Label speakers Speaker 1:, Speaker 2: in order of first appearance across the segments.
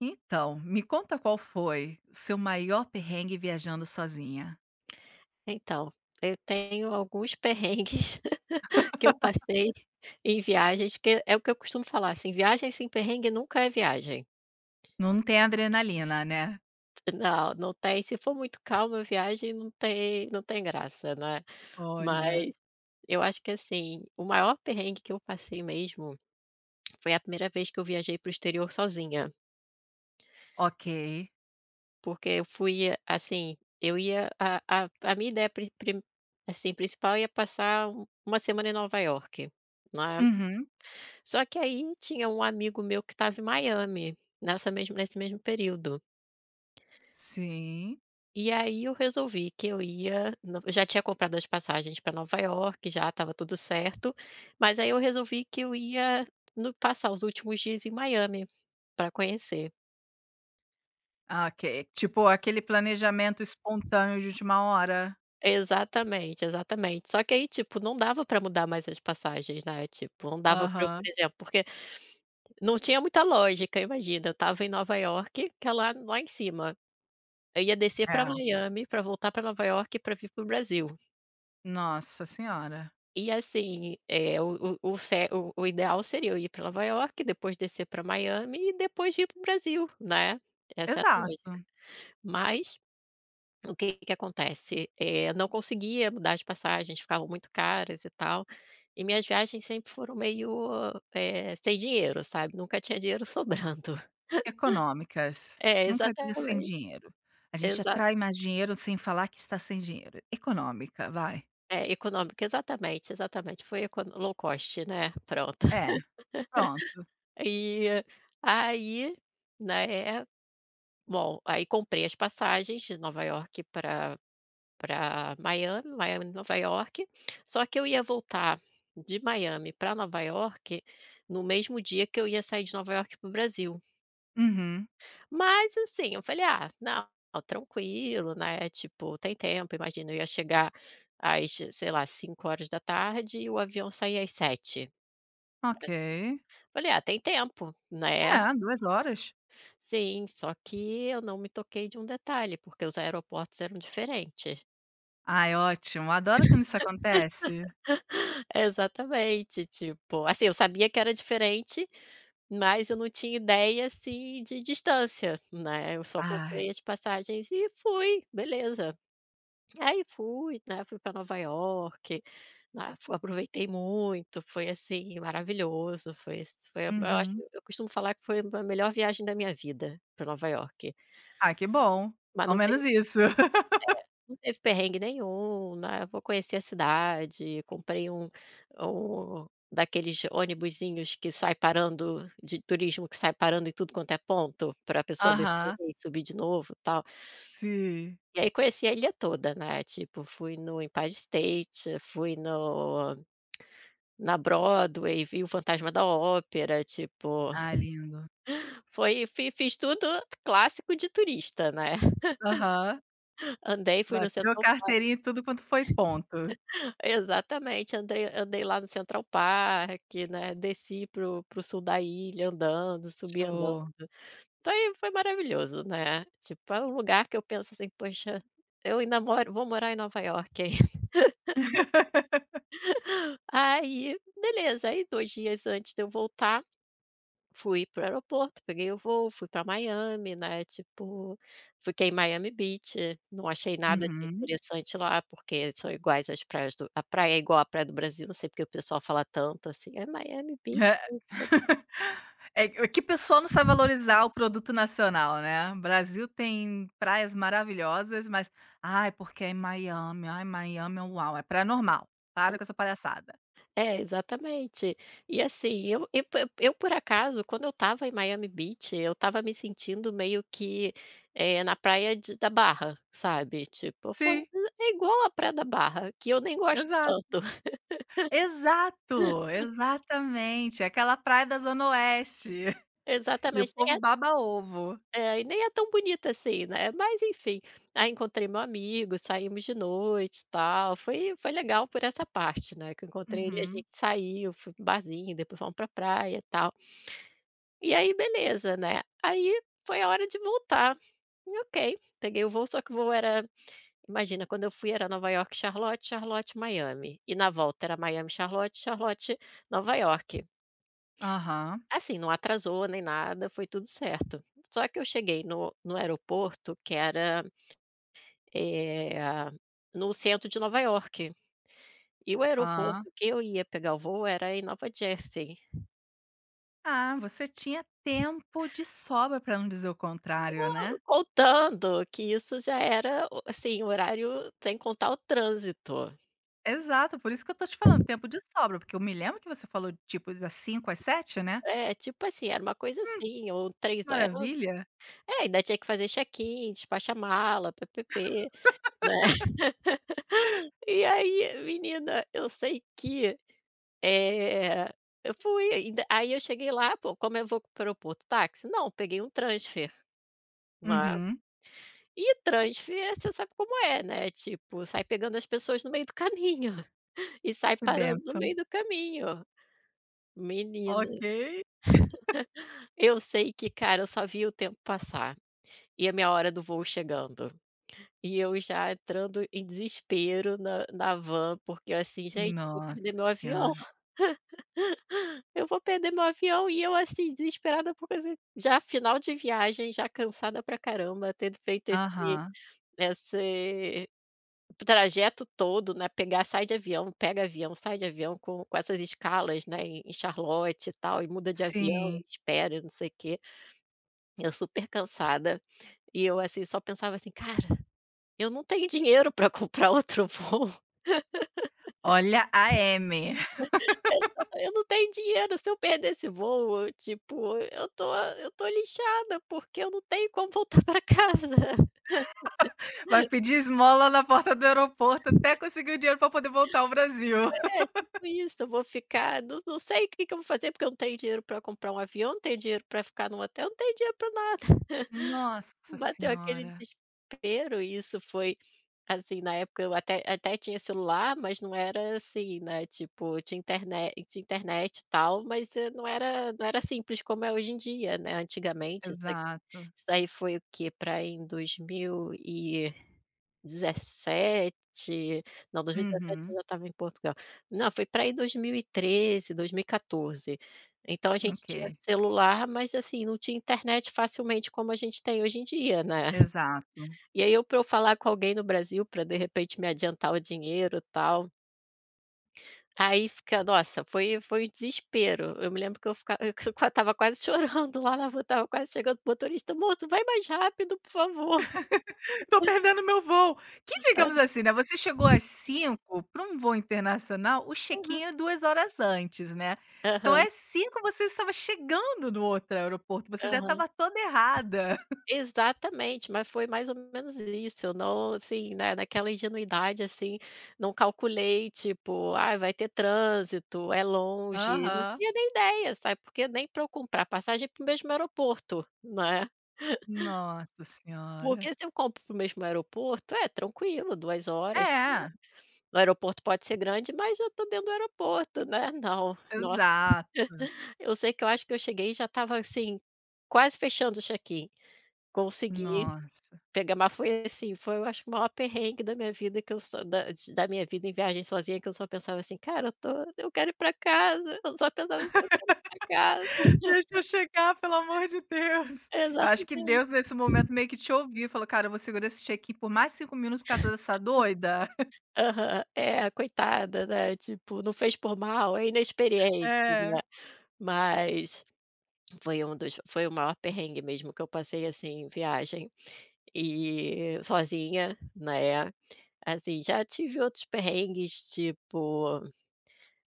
Speaker 1: Então, me conta qual foi seu maior perrengue viajando sozinha.
Speaker 2: Então, eu tenho alguns perrengues que eu passei em viagens, que é o que eu costumo falar, assim, viagem sem perrengue nunca é viagem.
Speaker 1: Não tem adrenalina, né?
Speaker 2: Não, não tem, se for muito calma a viagem não tem graça, né.
Speaker 1: Olha.
Speaker 2: Mas eu acho que, assim, o maior perrengue que eu passei mesmo foi a primeira vez que eu viajei para o exterior sozinha,
Speaker 1: Ok.
Speaker 2: porque eu fui, assim, eu ia a minha ideia pri pri assim, principal ia passar uma semana em Nova York, né.
Speaker 1: Uhum.
Speaker 2: Só que aí tinha um amigo meu que estava em Miami, nessa mesma nesse mesmo período.
Speaker 1: Sim.
Speaker 2: E aí eu resolvi que eu ia no eu já tinha comprado as passagens para Nova York já estava tudo certo, mas aí eu resolvi que eu ia no passar os últimos dias em Miami, para conhecer.
Speaker 1: Ah, ok. Tipo aquele planejamento espontâneo de última hora.
Speaker 2: Exatamente, exatamente. Só que aí, tipo, não dava para mudar mais as passagens, né, tipo, não dava para eu, por
Speaker 1: Aham.
Speaker 2: exemplo porque não tinha muita lógica, imagina, eu estava em Nova York que é lá em cima. Eu ia descer para
Speaker 1: É.
Speaker 2: Miami, para voltar para Nova York para vir para o Brasil.
Speaker 1: Nossa senhora.
Speaker 2: E assim, o ce o ideal seria eu ir para Nova York depois descer para Miami e depois ir para o Brasil, né, essa era a
Speaker 1: Exato.
Speaker 2: lógica. Mas, o que que acontece, não conseguia mudar as passagens, ficavam muito caras e tal, e minhas viagens sempre foram meio, sem dinheiro, sabe, nunca tinha dinheiro sobrando.
Speaker 1: Econômicas.
Speaker 2: É,
Speaker 1: Nunca diga sem
Speaker 2: exatamente,
Speaker 1: dinheiro. A gente
Speaker 2: exa
Speaker 1: atrai mais dinheiro sem falar que está sem dinheiro. Econômica, vai.
Speaker 2: é, econômica, exatamente, exatamente, foi econo low cost, né, pronto.
Speaker 1: É, pronto.
Speaker 2: E aí, né, bom, aí comprei as passagens de Nova York para Miami, Miami, Nova York. Só que eu ia voltar de Miami para Nova York no mesmo dia que eu ia sair de Nova York para o Brasil.
Speaker 1: Uhum.
Speaker 2: Mas assim, eu falei: "Ah, não, tranquilo, né, tipo, tem tempo", imagina, eu ia chegar às, sei lá, 5 horas da tarde e o avião saía às sete.
Speaker 1: Ok.
Speaker 2: Falei: "Ah, tem tempo, né".
Speaker 1: É, 2 horas.
Speaker 2: Sim, só que eu não me toquei de um detalhe, porque os aeroportos eram diferentes.
Speaker 1: Ai, ótimo, adoro quando isso acontece.
Speaker 2: Exatamente, tipo, assim, eu sabia que era diferente, mas eu não tinha ideia, assim, de distância, né, eu só
Speaker 1: Ai,
Speaker 2: comprei as passagens e fui, beleza. Aí fui, né, fui para Nova York, né, fu aproveitei muito, foi, assim, maravilhoso, foi eu acho
Speaker 1: uhum.
Speaker 2: eu costumo falar que foi a melhor viagem da minha vida para Nova York,
Speaker 1: Ah, que bom,
Speaker 2: mas
Speaker 1: ao
Speaker 2: não tem.
Speaker 1: menos isso.
Speaker 2: Não teve perrengue nenhum, né, vou conhecer a cidade, comprei um um daqueles ônibusinhos que sai parando de turismo que sai parando em tudo quanto é ponto, para a pessoa descer
Speaker 1: Aham,
Speaker 2: e subir de novo, e tal.
Speaker 1: sim.
Speaker 2: E aí conheci a ilha toda, né, tipo, fui no Empire State, fui no na Broadway, vi o Fantasma da Ópera, tipo,
Speaker 1: Ah, lindo.
Speaker 2: foi fi fiz tudo clássico de turista, né.
Speaker 1: Aham,
Speaker 2: Andei, fui no
Speaker 1: bateu
Speaker 2: Central
Speaker 1: carteirinha e tudo quanto foi ponto.
Speaker 2: Exatamente, andrei andei lá no Central Park, né, desci pro sul da ilha andando, subi andando.
Speaker 1: Show.
Speaker 2: Então aí foi maravilhoso, né, tipo, é um lugar que eu penso assim: "Poxa, eu ainda moro vou morar em Nova York ainda". Aí beleza, aí 2 dias antes de eu voltar fui pro aeroporto, peguei o voo, fui para Miami, né, tipo, fiquei em Miami Beach, não achei nada de
Speaker 1: Uhum.
Speaker 2: interessante lá, porque são iguais as praias do a praia é igual à praia do Brasil, não sei porque o pessoal fala tanto assim: "É Miami Beach".
Speaker 1: É,
Speaker 2: Então.
Speaker 1: é que pessoa não sabe valorizar o produto nacional, né. O Brasil tem praias maravilhosas, mas: "Ai, porque é em Miami, ai, Miami, é um uau, é praia normal". Para com essa palhaçada.
Speaker 2: É, exatamente. E assim, eu por acaso, quando eu estava em Miami Beach, eu estava me sentindo meio que, na praia de da Barra, sabe, tipo, eu
Speaker 1: Sim,
Speaker 2: falo: "É igual a praia da Barra, que eu nem gosto
Speaker 1: exato.
Speaker 2: tanto".
Speaker 1: Exato, exatamente, aquela praia da zona oeste, e o
Speaker 2: Exatamente,
Speaker 1: povo
Speaker 2: nem
Speaker 1: baba ovo.
Speaker 2: é, e nem é tão bonita assim, né, mas enfim. Aí encontrei meu amigo, saímos de noite, tal, foi legal por essa parte, né, que eu encontrei ele, a
Speaker 1: Uhum.
Speaker 2: gente saiu, foi para um barzinho, depois fomos pra praia, tal. E aí beleza, né, aí foi a hora de voltar, e ok, peguei o voo, só que o voo era, imagina, quando eu fui era Nova York, Charlotte, Charlotte, Miami, e na volta era Miami, Charlotte, Charlotte, Nova York.
Speaker 1: Aham,
Speaker 2: Assim, não atrasou nem nada, foi tudo certo. Só que eu cheguei no aeroporto que era, Eh, no centro de Nova York. E o
Speaker 1: hã.
Speaker 2: aeroporto que eu ia pegar o voo era em Nova Jersey.
Speaker 1: Ah, você tinha tempo de sobra para não dizer o contrário, né.
Speaker 2: Contando que isso já era o assim, horário sem contar o trânsito.
Speaker 1: Exato, por isso que eu tô te falando, tempo de sobra, porque eu me lembro que você falou, de tipo, das 5 às 7, né.
Speaker 2: É, tipo assim, era uma coisa assim, ou 3 horas,
Speaker 1: Maravilha.
Speaker 2: é, ainda tinha que fazer check-in, despachar mala, pê pê né. E aí, menina, eu sei que, eh, eu fui, ainda aí eu cheguei lá, pô, como eu vou para o aeroporto? Táxi? Não, peguei um transfer, né.
Speaker 1: Uhum.
Speaker 2: E transfer, você sabe como é, né, tipo, sai pegando as pessoas no meio do caminho, e sai
Speaker 1: Que
Speaker 2: parando no
Speaker 1: bênção.
Speaker 2: meio do caminho. Menina,
Speaker 1: Ok.
Speaker 2: eu sei que, cara, eu só vi o tempo passar, e a minha hora do voo chegando. E eu já entrando em desespero na van, porque eu assim: "Gente, eu vou perder
Speaker 1: Nossa
Speaker 2: meu avião,
Speaker 1: senhora.
Speaker 2: eu vou perder meu avião", e eu assim, desesperada, porque assim, já final de viagem, já cansada pra caramba, tendo feito
Speaker 1: Aham.
Speaker 2: esse trajeto todo, né, pegar sai de avião, pega avião, sai de avião com essas escalas, né, em Charlotte e tal, e muda de avião,
Speaker 1: Sim.
Speaker 2: espera não sei o quê. Eu super cansada, e eu, assim, só pensava assim: "Cara, eu não tenho dinheiro para comprar outro voo,
Speaker 1: Olha a M.
Speaker 2: eu não tenho dinheiro, se eu perder esse voo, tipo, eu tô lixada, porque eu não tenho como voltar para casa".
Speaker 1: Vai pedir esmola na porta do aeroporto até conseguir o dinheiro para poder voltar ao Brasil.
Speaker 2: É, tipo isso, eu vou ficar, não sei o que que eu vou fazer, porque eu não tenho dinheiro para comprar um avião, não tenho dinheiro para ficar num hotel, não tenho dinheiro para nada.
Speaker 1: Nossa
Speaker 2: Bateu aquele
Speaker 1: senhora,
Speaker 2: desespero e isso foi, assim, na época eu até tinha celular, mas não era assim, né, tipo, tinha internet e tal, mas, não era simples como é hoje em dia, né, antigamente
Speaker 1: exato.
Speaker 2: isso aí foi o que para em 2017, não, 2017 eu
Speaker 1: Uhum,
Speaker 2: já estava em Portugal. Não, foi para em 2013, dois mil e 2014. Então a gente tinha
Speaker 1: ok,
Speaker 2: celular, mas assim, não tinha internet facilmente como a gente tem hoje em dia, né.
Speaker 1: exato.
Speaker 2: E aí eu para eu falar com alguém no Brasil para de repente me adiantar o dinheiro, tal, aí fica, nossa, foi um desespero. Eu me lembro que eu estava quase chorando lá na rua, estava quase chegando, o motorista: "Moço, vai mais rápido, por favor".
Speaker 1: "Tô perdendo meu voo", que digamos assim, né, você chegou às 5 para um voo internacional, o check-in é 2 horas antes, né. Então
Speaker 2: Aham,
Speaker 1: às 5 você estava chegando no outro aeroporto, você já
Speaker 2: aham.
Speaker 1: estava toda errada.
Speaker 2: Exatamente, mas foi mais ou menos isso, eu não, assim, né, naquela ingenuidade, assim, não calculei, tipo: "Ah, vai ter trânsito, é longe", não
Speaker 1: Aham,
Speaker 2: tinha nem ideia, sabe, porque nem para eu comprar passagem para o mesmo aeroporto, né.
Speaker 1: nossa
Speaker 2: Porque
Speaker 1: senhora.
Speaker 2: se eu compro para o mesmo aeroporto, é tranquilo, 2 horas.
Speaker 1: É,
Speaker 2: O aeroporto pode ser grande, mas eu tô dentro do aeroporto, né. Não, nossa,
Speaker 1: exato,
Speaker 2: eu sei que eu acho que eu cheguei e já estava, assim, quase fechando o check-in. Consegui
Speaker 1: nossa.
Speaker 2: pegar, mas foi assim, foi, eu acho, o maior perrengue da minha vida, que eu só, da minha vida em viagem sozinha, que eu só pensava assim: "Cara, eu quero ir pra casa", eu só pensava assim: "Eu quero ir pra casa".
Speaker 1: Deixa eu chegar, pelo amor de Deus. Eu acho que
Speaker 2: Exatamente.
Speaker 1: Deus, nesse momento, meio que te ouviu e falou: "Cara, eu vou segurar esse check-in por mais 5 minutos por causa dessa doida".
Speaker 2: Aham. É, coitada, né, tipo, não fez por mal, é inexperiente,
Speaker 1: É.
Speaker 2: né. Mas foi um dos foi o maior perrengue mesmo que eu passei, assim, em viagem, e sozinha, né, assim, já tive outros perrengues, tipo,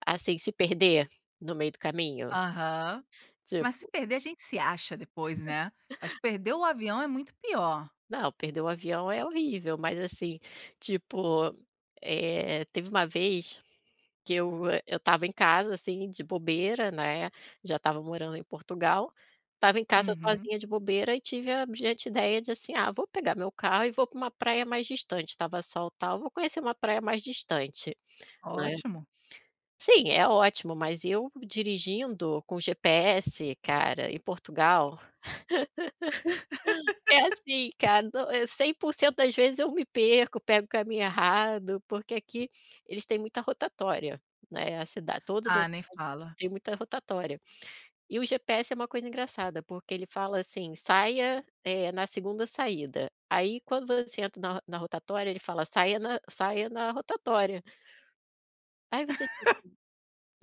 Speaker 2: assim, se perder no meio do caminho,
Speaker 1: Aham. Mas se
Speaker 2: tipo.
Speaker 1: perder, a gente se acha depois, né. Acho que perder o avião é muito pior.
Speaker 2: Não, perder o avião é horrível, mas assim, tipo, teve uma vez que eu estava em casa, assim, de bobeira, né, já estava morando em Portugal, estava em casa
Speaker 1: Uhum.
Speaker 2: sozinha de bobeira e tive a brilhante ideia de, assim: "Ah, vou pegar meu carro e vou para uma praia mais distante", estava sol, tal, "vou conhecer uma praia mais distante", né.
Speaker 1: Ótimo.
Speaker 2: Sim, é ótimo, mas eu dirigindo com GPS, cara, em Portugal é assim, cara, não é, 100% das vezes eu me perco, pego o caminho errado, porque aqui eles têm muita rotatória, né, a cida todas as
Speaker 1: Ah, nem
Speaker 2: cidades
Speaker 1: fala.
Speaker 2: têm muita rotatória. E o GPS é uma coisa engraçada, porque ele fala assim: "Saia, na segunda saída". Aí quando você entra na rotatória, ele fala: "Saia, na rotatória". Aí você, tipo: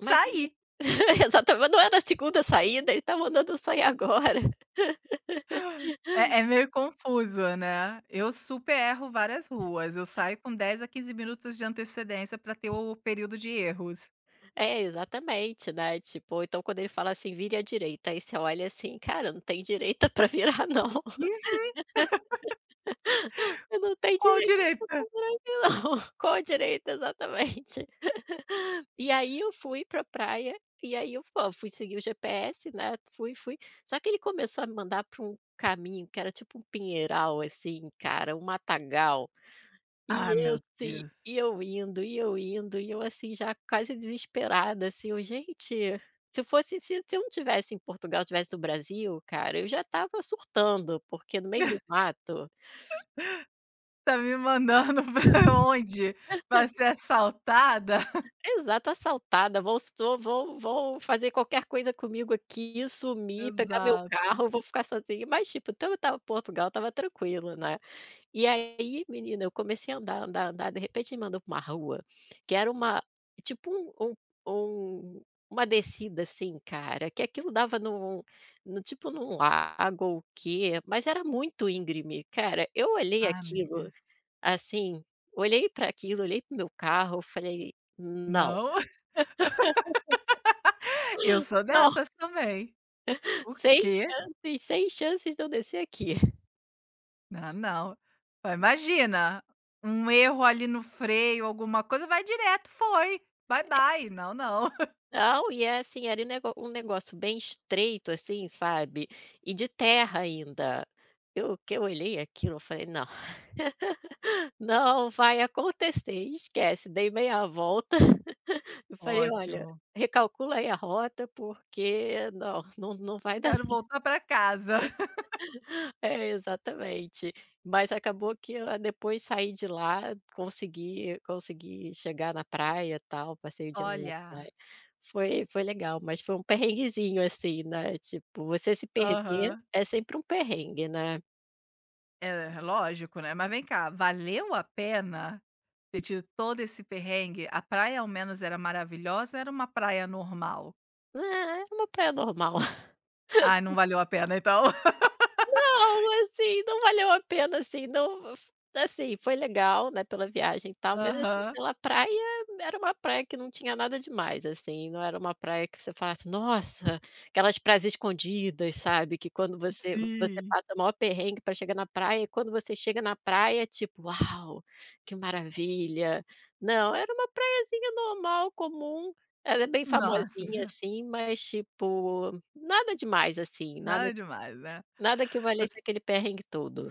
Speaker 2: "Mas..." exatamente, não era na 2ª saída, ele tá mandando eu sair agora.
Speaker 1: É meio confuso, né. Eu super erro várias ruas. Eu saio com 10 a 15 minutos de antecedência para ter o período de erros.
Speaker 2: É, exatamente, né, tipo, então quando ele fala assim: "Vire à direita". Aí você olha assim: "Cara, não tem direita pra virar não,
Speaker 1: Hum,
Speaker 2: eu não tenho
Speaker 1: qual
Speaker 2: direita pra
Speaker 1: direita?
Speaker 2: virar aqui não, qual direita?" Exatamente. E aí eu fui pra praia, e aí eu fo fui seguir o GPS, né, fui, só que ele começou a me mandar pra um caminho que era tipo um pinheiral, assim, cara, um matagal. E
Speaker 1: Ah,
Speaker 2: eu
Speaker 1: meu
Speaker 2: assim,
Speaker 1: Deus.
Speaker 2: e eu indo, e eu indo, e eu assim já quase desesperada, assim, eu: "Gente, se eu não tivesse em Portugal, tivesse no Brasil, cara, eu já estava surtando, porque no meio do mato."
Speaker 1: Tá me mandando pra onde? Pra ser assaltada?
Speaker 2: Exato, assaltada, vão so vão vão fazer qualquer coisa comigo aqui, sumir, pegar meu
Speaker 1: Exato.
Speaker 2: carro, eu vou ficar sozinha. Mas, tipo, então eu estava Portugal, estava tranquila, né. E aí, menina, eu comecei a andar, andar, andar, de repente me mandou para uma rua, que era uma, tipo, um uma descida, assim, cara, que aquilo dava num no tipo num lago ou o quê, mas era muito íngreme. Cara, eu olhei
Speaker 1: Ah, meu
Speaker 2: aquilo,
Speaker 1: Deus.
Speaker 2: assim, olhei para aquilo, olhei para meu carro, falei: "Não,
Speaker 1: Não, eu sou
Speaker 2: não,
Speaker 1: dessas também. "O
Speaker 2: sem
Speaker 1: quê?
Speaker 2: chances, sem chances de eu descer aqui."
Speaker 1: Não, não". Ó, imagina, um erro ali no freio, alguma coisa, vai direto: "Foi, bye bye". Não, não.
Speaker 2: Não, e é assim, era um nego um negócio bem estreito, assim, sabe, e de terra ainda. Eu olhei aquilo, eu falei: "Não, não vai acontecer, esquece." Dei meia volta e falei: "Olha,
Speaker 1: Ótimo.
Speaker 2: recalcula aí a rota, porque não, não não vai dar
Speaker 1: Quero
Speaker 2: certo."
Speaker 1: voltar pra casa.
Speaker 2: É, exatamente. Mas acabou que eu, depois, saí de lá, consegui chegar na praia, e tal, passei o dia na
Speaker 1: Olha.
Speaker 2: praia. Foi legal, mas foi um perrenguezinho, assim, né, tipo, você se perder
Speaker 1: Aham.
Speaker 2: é sempre um perrengue, né.
Speaker 1: É, é lógico, né. Mas vem cá, valeu a pena ter tido todo esse perrengue? A praia ao menos era maravilhosa era uma praia normal?
Speaker 2: É, é uma praia normal.
Speaker 1: Ai, não valeu a pena então.
Speaker 2: Não, assim, não valeu a pena, assim, não f assim, foi legal, né, pela viagem e tal, mas, assim,
Speaker 1: Aham,
Speaker 2: pela praia, era uma praia que não tinha nada demais, assim, não era uma praia que você falasse: "Nossa", aquelas praias escondidas, sabe, que quando você
Speaker 1: sim.
Speaker 2: passa o maior perrengue pra chegar na praia, e quando você chega na praia, tipo: "Uau, que maravilha." Não, era uma praiazinha normal, comum, ela é bem
Speaker 1: Nossa
Speaker 2: famosinha,
Speaker 1: senhora,
Speaker 2: assim, mas, tipo, nada demais, assim, nada.
Speaker 1: nada demais, né.
Speaker 2: Nada que valesse
Speaker 1: Você
Speaker 2: aquele perrengue todo.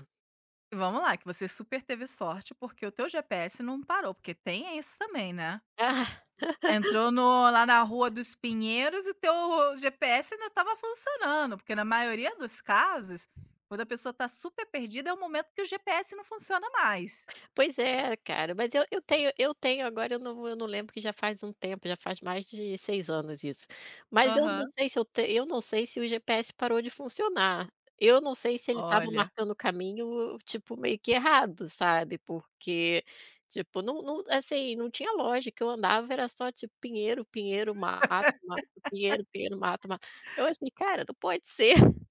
Speaker 1: vamos lá, que você super teve sorte, porque o teu GPS não parou, porque tem isso também, né.
Speaker 2: Ah,
Speaker 1: Entrou no lá na Rua dos Pinheiros e teu GPS ainda estava funcionando, porque na maioria dos casos, quando a pessoa está super perdida, é o momento que o GPS não funciona mais.
Speaker 2: pois é, cara, mas eu tenho agora eu não lembro, que já faz um tempo, já faz mais de 6 anos isso. Mas eu não
Speaker 1: Aham.
Speaker 2: sei se eu te eu não sei se o GPS parou de funcionar. Eu não sei se ele estava
Speaker 1: Olha.
Speaker 2: marcando o caminho, tipo, meio que errado, sabe, porque, tipo, não assim, não tinha lógica, eu andava era só, tipo, pinheiro, pinheiro, mato, mato, pinheiro, pinheiro, mato, mato. Eu achei: "Cara, não pode ser,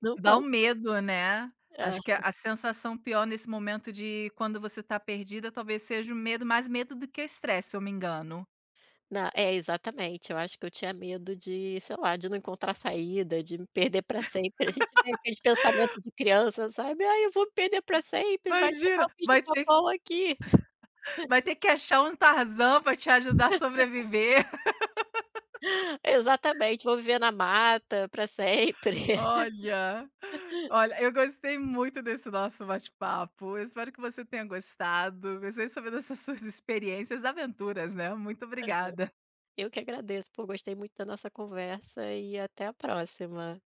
Speaker 2: não
Speaker 1: Dá um
Speaker 2: pode."
Speaker 1: medo, né.
Speaker 2: É.
Speaker 1: Acho que a sensação pior nesse momento de quando você está perdida, talvez seja o medo, mais medo do que o estresse, se eu me engano.
Speaker 2: Na É, exatamente. Eu acho que eu tinha medo de, sei lá, de não encontrar saída, de me perder para sempre. A gente tem aqueles pensamentos de criança, sabe: "Ah, eu vou me perder para sempre, vai chegar
Speaker 1: Imagina.
Speaker 2: o bicho-papão aqui."
Speaker 1: Vai ter que achar um Tarzan para te ajudar a sobreviver.
Speaker 2: Exatamente, vou viver na mata para sempre.
Speaker 1: Olha, olha, eu gostei muito desse nosso bate-papo. Eu espero que você tenha gostado. Gostei de saber dessas suas experiências, aventuras, né. Muito obrigada.
Speaker 2: Eu que agradeço, pô, gostei muito da nossa conversa e até a próxima.